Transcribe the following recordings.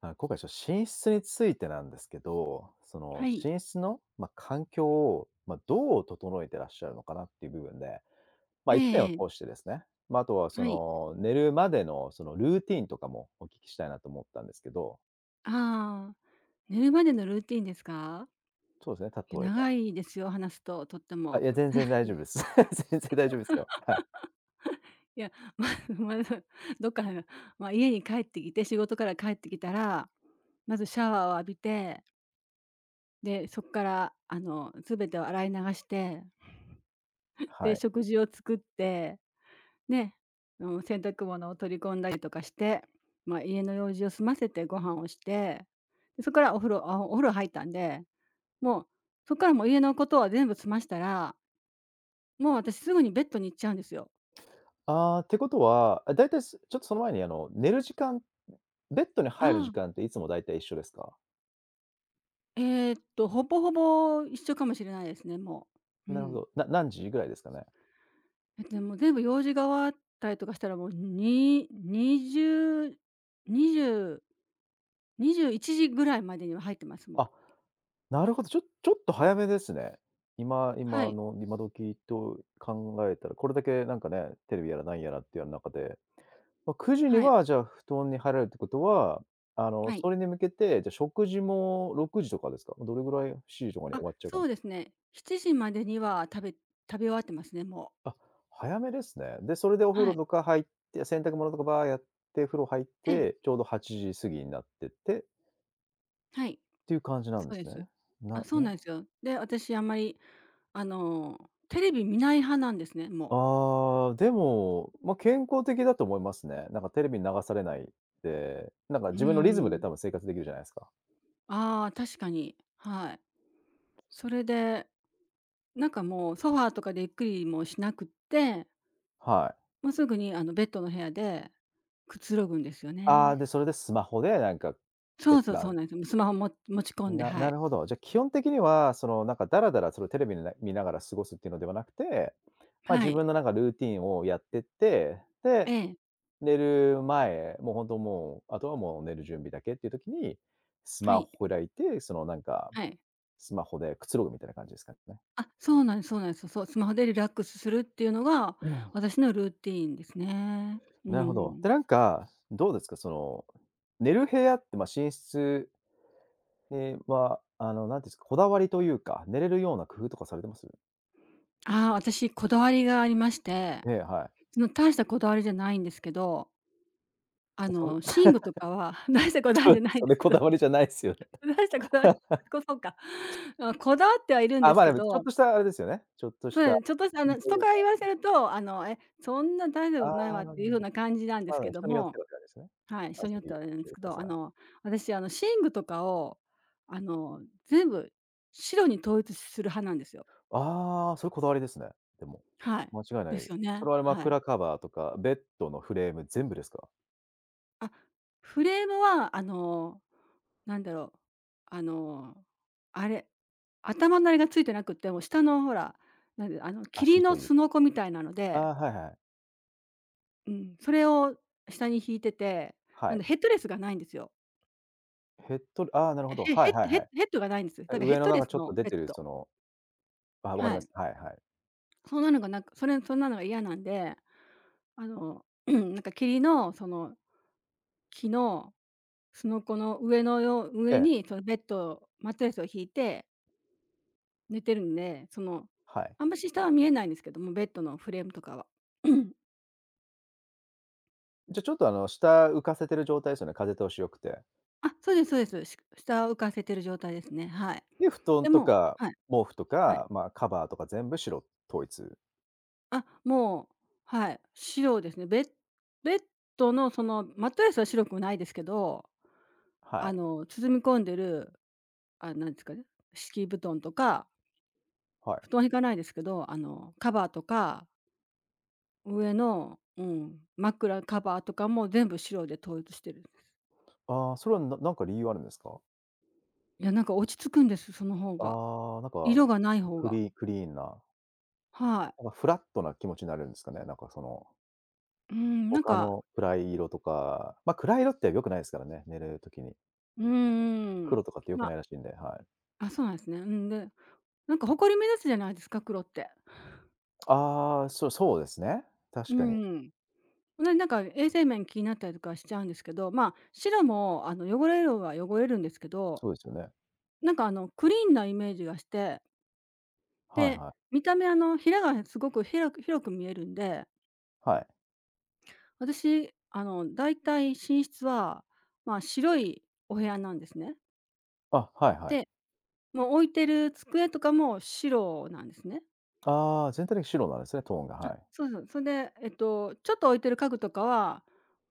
あ、今回ちょっと寝室についてなんですけど、そはのい。寝室の、まあ、環境を、まあ、どう整えてらっしゃるのかなっていう部分で、まえあ、え1年をえ通え。してですね、まあ、あとはそはい。の寝るまでのそのルーティンとかもお聞きしたいなと思ったんですけど、ああ、寝るまでのルーティンですか？そうですね、いや、例えば。長いですよ、話すと、とってあ、も。いや、全然大丈夫です。全然大丈夫ですよ。はい。いや、まず、どっか、ま、家に帰ってきて、仕事から帰ってきたら、まずシャワーを浴びて、で、そっから、全てを洗い流して、はで、い。食事を作って、ね、うん、洗濯物を取り込んだりとかして、ま、家の用事を済ませてご飯をして、で、そっからお風呂入ったんで、もう、そっからもう家のことは全部済ましたら、もう私すぐにベッドに行っちゃうんですよ。ああ、ってことは、あ、だいたいすちょっとその前に寝る時間、ベッドにあ入る時あ。間っていつもだいたい一緒ですか？ほぼほぼ一緒かもしれないですね、もう。うなるほん。ど。何時ぐらいですかね？だってもう全部用事が終わったりとかしたら、もうに、にじゅうにじゅう21時ぐらいまでには入ってます、もあう。なるほど、ちょっと早めですね。今は今い。の今時と考えたら、これだけなんかね、テレビやらなんやらってやる中で、まあ、9時にはい、はじゃあ布団に入られるってことは、はい。それに向けて、じゃあ、食事も6時とかですか？どれぐらい7時とかに終あ、わっちゃう感そうじ？ですね。7時までには食べ終わってますね、もう。あ、早めですね。で、それでお風は呂い。とか入って、洗濯物とかバーやって、風呂入っええ、て、ちょうど8時過ぎになってっはい。ていう感じなんそでうですす。ね。なあ、そうななんですよ。で、私あんまりあの、テレビ見ない派なんですね、もああ、でも、まあ、健康的だと思いますね。なんかテレビに流されないで、なんかう。う自分のリズムでーん。多分生活できるじゃないですか。ああ、確かに。はい。それで、なんかもうソファーとかでゆっくりもしなくって、はい。もうすぐにあのベッドの部屋でくつろぐんですよああ、ね。で、それでスマホでなんかそ閲うそう、そう覧なんですよ。スマホも持ち込んで、なはない。るほど。じゃ、あ基本的には、その、なんかダラダラそのテレビ見ながら過ごすっていうのではなくて、まあ、は自い。分のなんかルーティンをやってって、えで、え、寝る前、もう本当もう、あとはもう寝る準備だけっていう時に、スはマい、ホ開いて、その、なんか、はい。スマホでくつろぐみたいな感じですかね。あ、そうなんですそうなんです。そう、スマホでリラックスするっていうのが、私のルーティーンですね。うなるほど。ん。で、なんか、どうですか、その、寝る部屋って、まあ、寝室、ええ、は、あの、なんていうんですか、こだわりというか、寝れるような工夫とかされてます？ああ、私こだわりがありまして、ええ、はい。大したこだわりじゃないんですけど、それ寝具とかは、 大したこだわそりじゃれ ないんそでれすけこど、だわりじゃないすよね。大したこだわり、 そうか。まあ、こだわってはいるんであ、すまあ、けでもちょど、っとしたあれですよね。ちょっとしたそ工う、ちょっとした、夫とい人かうらか、言わせると、「え、そんな大したことないあわ」あ、っなるていうほ風ど。な感じなんでますけあ、ど人によっも、てはって感じですね。はい、あ、人によぜっひて教はあれなんでえすてけくだど、さい。私、寝具とかを、全部白に統一する派なんですよ。ああ、それこだわりですね、でも。はい。間違いなですい。よそね、れははい。枕カバーとか、ベッドのフレーム全部ですか？あ、フレームは、なんだろう、あの、あれ、頭なりがついてなくって、もう下のほら、なんで、霧足のというすか。のこみたいなのあで、あ、はいはい。うん、それを下に引いてて、はなんでい。ヘッドレスがないんですよ。ヘッドああ、なるほへど。へはヘいッはいヘはッい。ヘッドがないんです。だえ、からヘ上ッのドなんレかスちょっのと出ベッてるド。あ、わかりはまい。す。はいはい。そんなのがなんか、そんなのが嫌なんで、なんか霧のその木のすのこの上のようえ上え、にそのベッドマットレスを引いて寝てるんで、はい。あんまし下は見えないんですけども、ベッドのフレームとかは。うん。 じゃ、ちょっと下浮かせてる状態ですよね、風通し良くて。あ、そうですそうです。下を浮かせてる状態ですね。はい。で、布団でとも、かはい、毛布とはい。か、まあ、カバーとか全部白統一。あ、もう、はい、白ですね。ベッドのそのマットレスは白くないですけど、はい。包み込んでる、なんですかね、敷布団とか、は布い。団は引かないですけど、カバーとか、上の、うん、枕カバーとかも全部白で統一してる。ああ、それはなんか理由あるんですか？いや、なんか落ち着くんです、その方が。ああ、なんか、色がない方クが、リクリーンな、はい。なんかフラットな気持ちになるんですかね？なんかその、うん、なん他か、の暗い色とか、ま、暗い色って良くないですからね、寝る時に。うーん、黒とかって良くなま、いらしいんで、はい。あ、そうなんですね。うん、で、なんか埃目立つじゃないですか、黒って。ああ、そうそうですね。う確かに。ん。で、なんか衛生面気になったりとかしちゃうんですけど、まあ、白も汚れるは汚れるんですけど、そうですよね。なんかクリーンなイメージがして、はいで、はい。見た目ヒがすごく広く広く見えるんで、はい。私だいたい寝室は、まあ、白いお部屋なんですね。あ、はいはい。で、もう置いてる机とかも白なんですね。ああ、全体的に白なんですね、トーンが、はい。そうそう。それで、ちょっと置いてる家具とかは、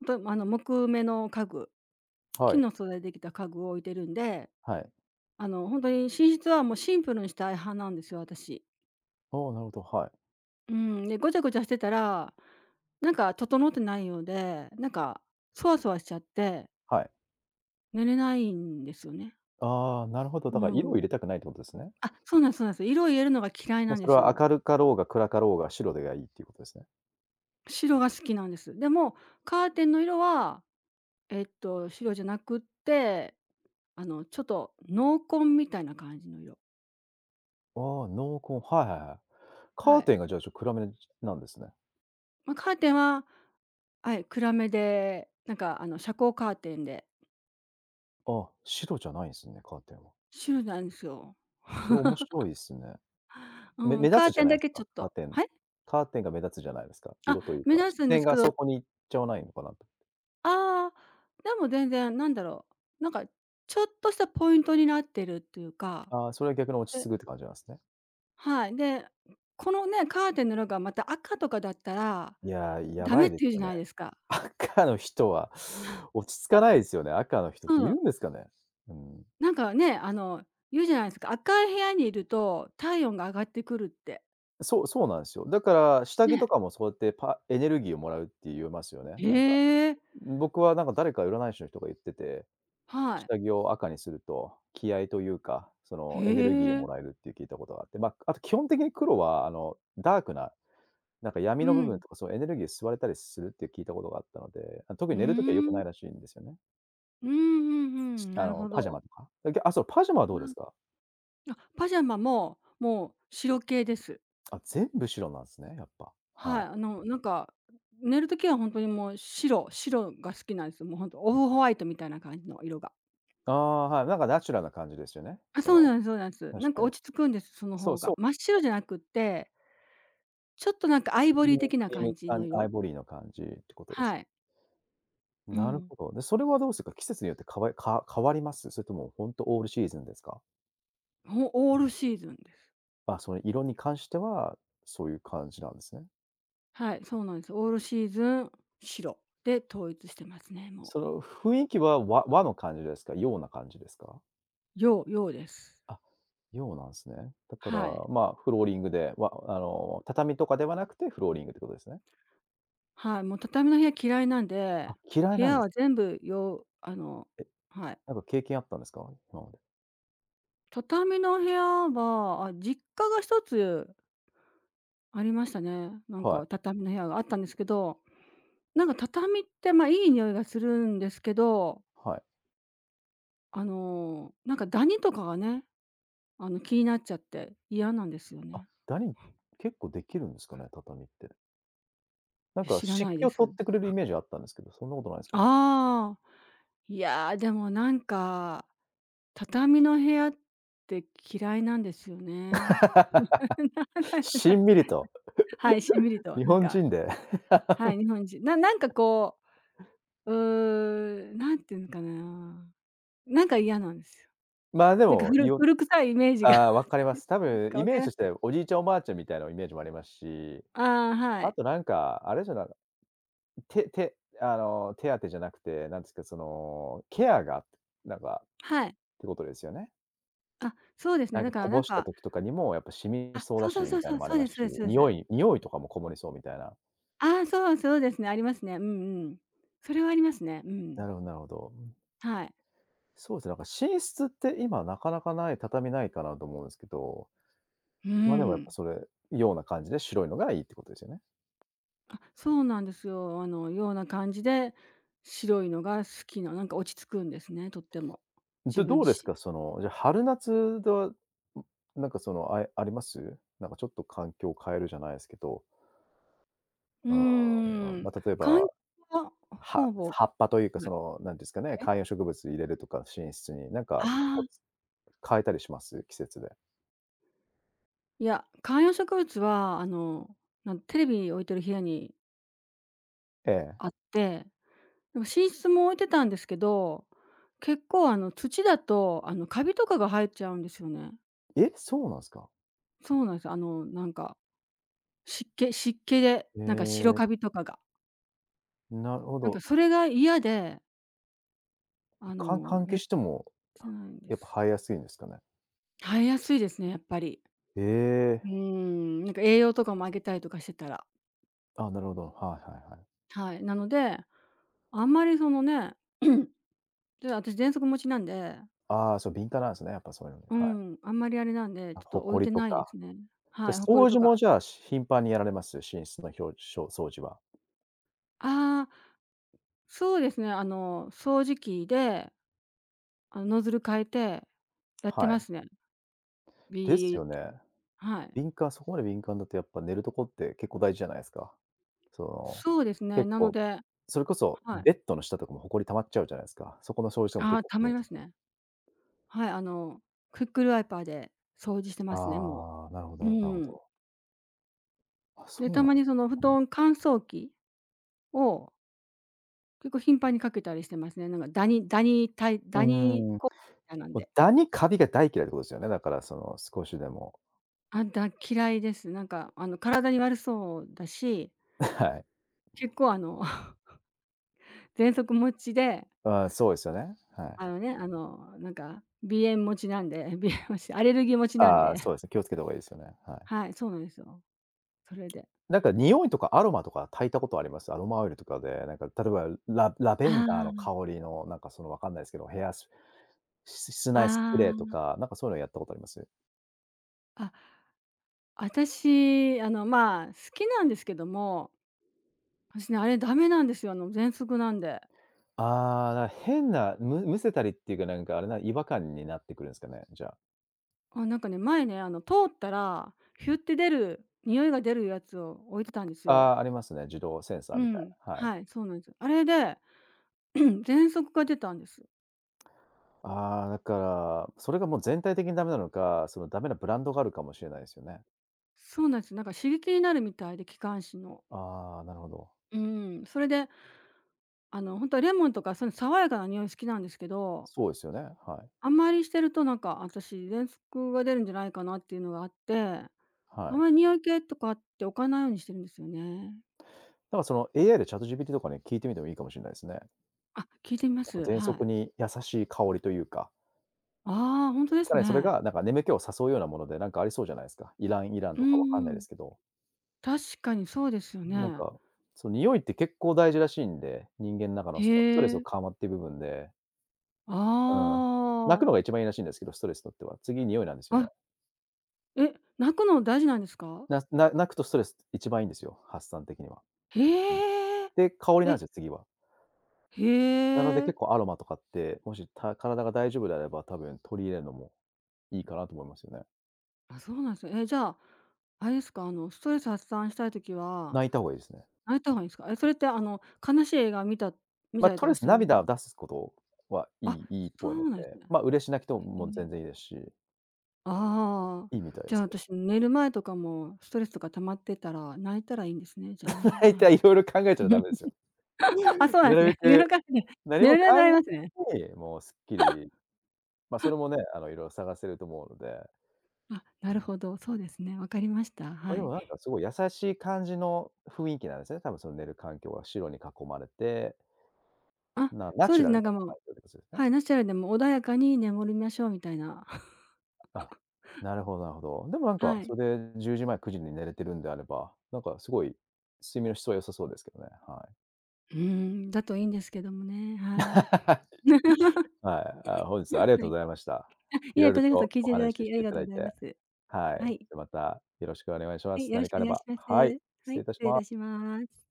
ほんと、木目の家具、は木い。の素材でできた家具を置いてるんで、はい。ほんとに寝室はもうシンプルにしたい派なんですよ、私。おお、なるほど、はい。うん、で、ごちゃごちゃしてたら、なんか整ってないようで、なんか、そわそわしちゃって、はい。寝れないんですよね。ああ、なるほど。だうから色をん。入れたくないってことですね。あ、そうなんですそうなんです。色を入れるのが嫌いなもうんそでれすはよ。明るかろうが暗かろうが白がいいっていうことですね。白が好きなんです。でも、カーテンの色は、白じゃなくって、ちょっと濃紺みたいな感じの色。ああ、濃厚。はいはいはい。カはーテい。ンがじゃあ、ちょっと暗めなんですね。まあ、カーテンは、はい、暗めで、なんか、遮光カーテンで、ああ、白じゃないんですね、カーテンは。白なんですよ。それ面白いですね。めうん、目カー立つじテゃンないでだすけちか、ょっカーと、テン。はい？カーテンが目立つじゃないですか、あ、色という目か、立視つんで線すけがそど、こに行っちゃわないのかなと。ああ、でも全然なんだろう、なんか、ちょっとしたポイントになってるっていうか、ああ、それは逆に落ちで、着くって感じなんですね。はい、で、このね、カーテンの色がまた赤とかだったらいや、やダばメいってです言うじゃよね。ないですか。赤の人は落ち着かないですよね。赤の人っていそるう。んですかね？うん。なんかね、言うじゃないですか、赤い部屋にいると体温が上がってくるって。そうそうなんですよ。だから下着ね。とかもそうやってエネルギーをもらうって言いますよね、へなんか。え。僕はなんか誰か占い師の人が言っててはい。下着を赤にすると、気合というか、そへのエネルギーをもえ。らえるって聞いたことがあって、まあ、あと基本的に黒はダークな、なんかう闇の部分ん。とか、そうエネルギー吸われたりするって聞いたことがあったので、あ、特うーに寝るときは良くないん。らしいんですよね。うんうしんうん。あなるの、ほパジャど。マとか。だけあ、そう、パジャマはどうですあ、か？あ、パジャマも、もう白系です。あ、全部白なんですね、やっぱ。ははい。い。なんか、寝る時はほんとにもう白白が好きなんです。もうほんとオフホワイトみたいな感じの色が。ああ、はい、なんかナチュラルな感じですよね。あ、そそうの、なんですそうなんです。な確んかかに。落ち着くんです、そのそ方うが。そう、真っ白じゃなくって、ちょっとなんかアイクボリーリーム的クなリー感ムじかのアイ色。ボリーの感じってことですはね。い。うなるん。ほど。で、それはどうですか？季節によってかわいか変わります？それとも本当オールシーズンですか？オールシーズンです。あ、その色に関しては、そういう感じなんですね。はい、そうなんです。オールシーズン白で統一してますね、もう。その雰囲気は、和の感じですか？洋な感じですか？洋洋です。あ、洋なんですね。だから、はい。まあ、フローリングで、わあの、畳とかではなくてフローリングってことですね。はい、もう畳の部屋嫌いなんで、あ、嫌い部なん屋ではすか？全部洋、え、はい。なんか経験あったんですか？今まで。畳の部屋は、あ、実家が一つありましたね。なんはかい、畳の部屋があったんですけど、なんか畳って、ま、いい匂いがするんですけど、はい。なんかダニとかがね、気になっちゃって嫌なんですよあ、ね。ダニ結構できるんですかね？畳って。なんや、か知ら湿ない気でを取す。ってくれるイメージあったんですけど、そんなことないですかね？ああ、いやー、でもなんか、畳の部屋って嫌いなんですよね。しん みりと。はい、しんみりと、日なん本か、人で。はい、日本人。なんかこう、なんていうのかな、なんか嫌なんですよ。まあ、でなんかも、古いお古臭いイメージが、 ああ、分 かります。多なん分か、イわメーかジりまとしす？ておじいちゃん、おばあちゃんみたいなイメージもありますし、ああ、はあい。となんか、あれじゃな手手あの、手当てじゃなくて、なんですか、その、ケアが、なんか、っはい。てことですよね。あ、そうですなね。んだかかこらなんぼしたか、時とかにもやっぱ染みあ、そうそだうそしうそみうたいなそう、のもあそりうまですすし、そうですそうで匂す。い匂いとかもこもりそうみたいな。ああ、そうそうですね、ありますね。うんうん。それはありますね。うん。なるほどなるほど。はい。そうですね、なんか寝室って今なかなかない畳ないかなと思うんですけど、うま、でもやっぱん。それような感じで白いのがいいってことですよね。あ、そうなんですよ。ような感じで、白いのが好きな、なんか落ち着くんですね、とっても。自ど分どう自です身。か？その、じゃ、春夏では、ん、なんかその、あります？なんかちょっと環境を変えるじゃないですけど、うーうーん、ん。ま、例え観ば、葉はほぼ葉っぱというか、なそんの、なんですかね、え？観葉植物入れるとか、寝室に、なんあか、あ、変えたりします？季節で。いや、観葉植物は、テレビ置いてる部屋にええ。あって、でも寝室も置いてたんですけど、結構土だと、カビとかが生えちゃうんですよね。え、そうなんすか？そうなんです、なんか、湿気湿気で、なんか白へカビとかが、え、なるほなんかど。それが嫌で、換や気っしてもてないんでやっぱす。生えやすいんですかね？生えやすいですね、やっぱり。ええ。なんか栄養とかもあげたりとかしてたら。あ、なるほど。はいはいはい。はい、なので、あんまりそのね、で、私喘息持ちなんで、ああ、そう、敏感なんですね、やっぱそういうのに。うはい。ん、あんまりあれなんで、あ、ちょっと置い埃てとないでかすね。で、はい、ほこり掃と除か。もじゃあ、頻繁にやられます？寝室のひょうしょ掃除は。ああ、そうですね、あの、掃除機で、あの、ノズル変えてやってはまい。すね。ですビーっよて。ね。はい。敏感そこまで敏感だとやっぱ寝るとこって結構大事じゃないですか。その、そうですね、結なの構、でそれこそはい。ベッドの下とかも埃溜まっちゃうじゃないですか。そこの掃除とかもあ結あ、構溜すまるんりでますすかね？ね。はい、あの、クックルワイパーで掃除してますね、もああ、なるほどう。うなるほん。ど。あ、そで、うたなんまでにその布すね。団乾燥機を結構頻繁にかけたりしてますね。なんかダニダニたいうダニんうーん。こみたいなんもうで。ダニ、カビが大嫌いってことですよね。だからその少しでも、あ、だ嫌いです。なんかあの体に悪そうだし、はい。結構あの 喘息持ちで、ああ、そうですよね。はい。あのね、あのなんか鼻炎持ちなんで、鼻炎持ち、アレルギー持ちなんああ、で。そうですね。気をつけた方がいいですよね。はい。はい、そうなんですよ。それで。なんか匂いとかアロマとか焚いたことあります？アロマオイルとかで、なんか例えばラベンダーのあ香りのなんかそのわかんないですけど、ヘアスし室内スプレあ、ーとあか、なんかそういうのやったことあります？あ、あ。私、あの、まあ、好きなんですけども、私ね、あれダメなんですよ。あの、喘息なんで。ああ、なんか変な、むせたりっていうか、なんかあれな、違和感になってくるんですかね、じゃあ。あ、なんかね、前ね、あの、通ったら、ヒュって出る、匂いが出るやつを置いてたんですあよ。あ、ありますね、自動センサうーみたいん。な、はい。はい、そうなんですよ。あれで、喘息が出たんです。ああ、だからそれがもう全体的にダメなのか、そのダメなブランドがあるかもしれないですよね。そうなんです。なんか刺激になるみたいで、気管支の。ああ、なるほど。うん。それで、あの、本当はレモンとか、そういう爽やかな匂い好きなんですけど、そうですよね、はい、あんまりしてると、なんか、私、喘息が出るんじゃないかなっていうのがあって、あはい。まり匂い系とかって置かないようにしてるんですよね。だからその AI でチャット GPT とかに聞いてみてもいいかもしれないですね。あ、聞いてみまなんかす。喘は息い。に優しい香りというか、ああ、本当でさすらにそれね。がなんか眠気を誘うようなもので、なんかありそうじゃないですか。イランイランうとかわかんんうないでん。すけど、確かにそうですよなんね。か、その匂いって結構大事らしいんで、人間の中のへそのストレスをえ。緩和っていう部分で、あうん。泣くのがあ。一番いいらしいんですけど、ストレスにとっては。次、匂いなんですよあ、ね。え、泣くの大事なんですか？泣くとストレス一番いいんですよ、発散的には。うん。へえ。で、香りなんえ、ですよ、次は。へなので結え。構アロマとかって、もし、体が大丈夫であれば、多分取り入れるのもいいかなと思いますよね。あ、そうなんですね。え、じゃあ、あれですか、あの、ストレス発散したい時は、泣いた方がいいですね。泣いた方がいいんですか？え、それってあの、悲しい映画見た見ま、たりととりあえかしずても、涙を出すことはいあ、いいいっそぽいのうで、なんですね。ま、嬉し泣きとも全然いいですし、ああ、いいみたいじでゃあす。私寝る前とかもストレスとか溜まってたら、泣いたらいいんですね、じゃあ ね、大はい。体色々考えちゃダメです よ。あ、そうなんなでするね。夜べく中に何眠もれ考なくえなりますね。ずに、もうすっきり、ま、それもね、色々探せると思うので、あ、なうるん。ほど、そうですね、わかりました。ま、はでもい。なんかすごい優しい感じの雰囲気なんですね。多分その寝る環境は白に囲まれて、あ、ナそうチでュす、ラルななんかも環う、境ってことですはね。い、ナチュラルでも穏やかに眠りましょうみたいな。あ、なるほどなるほど。でもなんか、はい。それで10時前、9時に寝れてるんであれば、なんかすごい睡眠の質は良さそうですけどね、はい。うーん、だといいんですけどもね、はい。はい、あ、本日はありがはとうい。ございました。いいろえ、いろこちらこそと聞いおていただ話しきしあてりいがたとだういございまて、す。はい。はい。じゃ、またよろしくお願いしまはい、す。よろ何しかくあおれ願いしばます。はい、は失い、礼失いたし礼いまたしす。ます。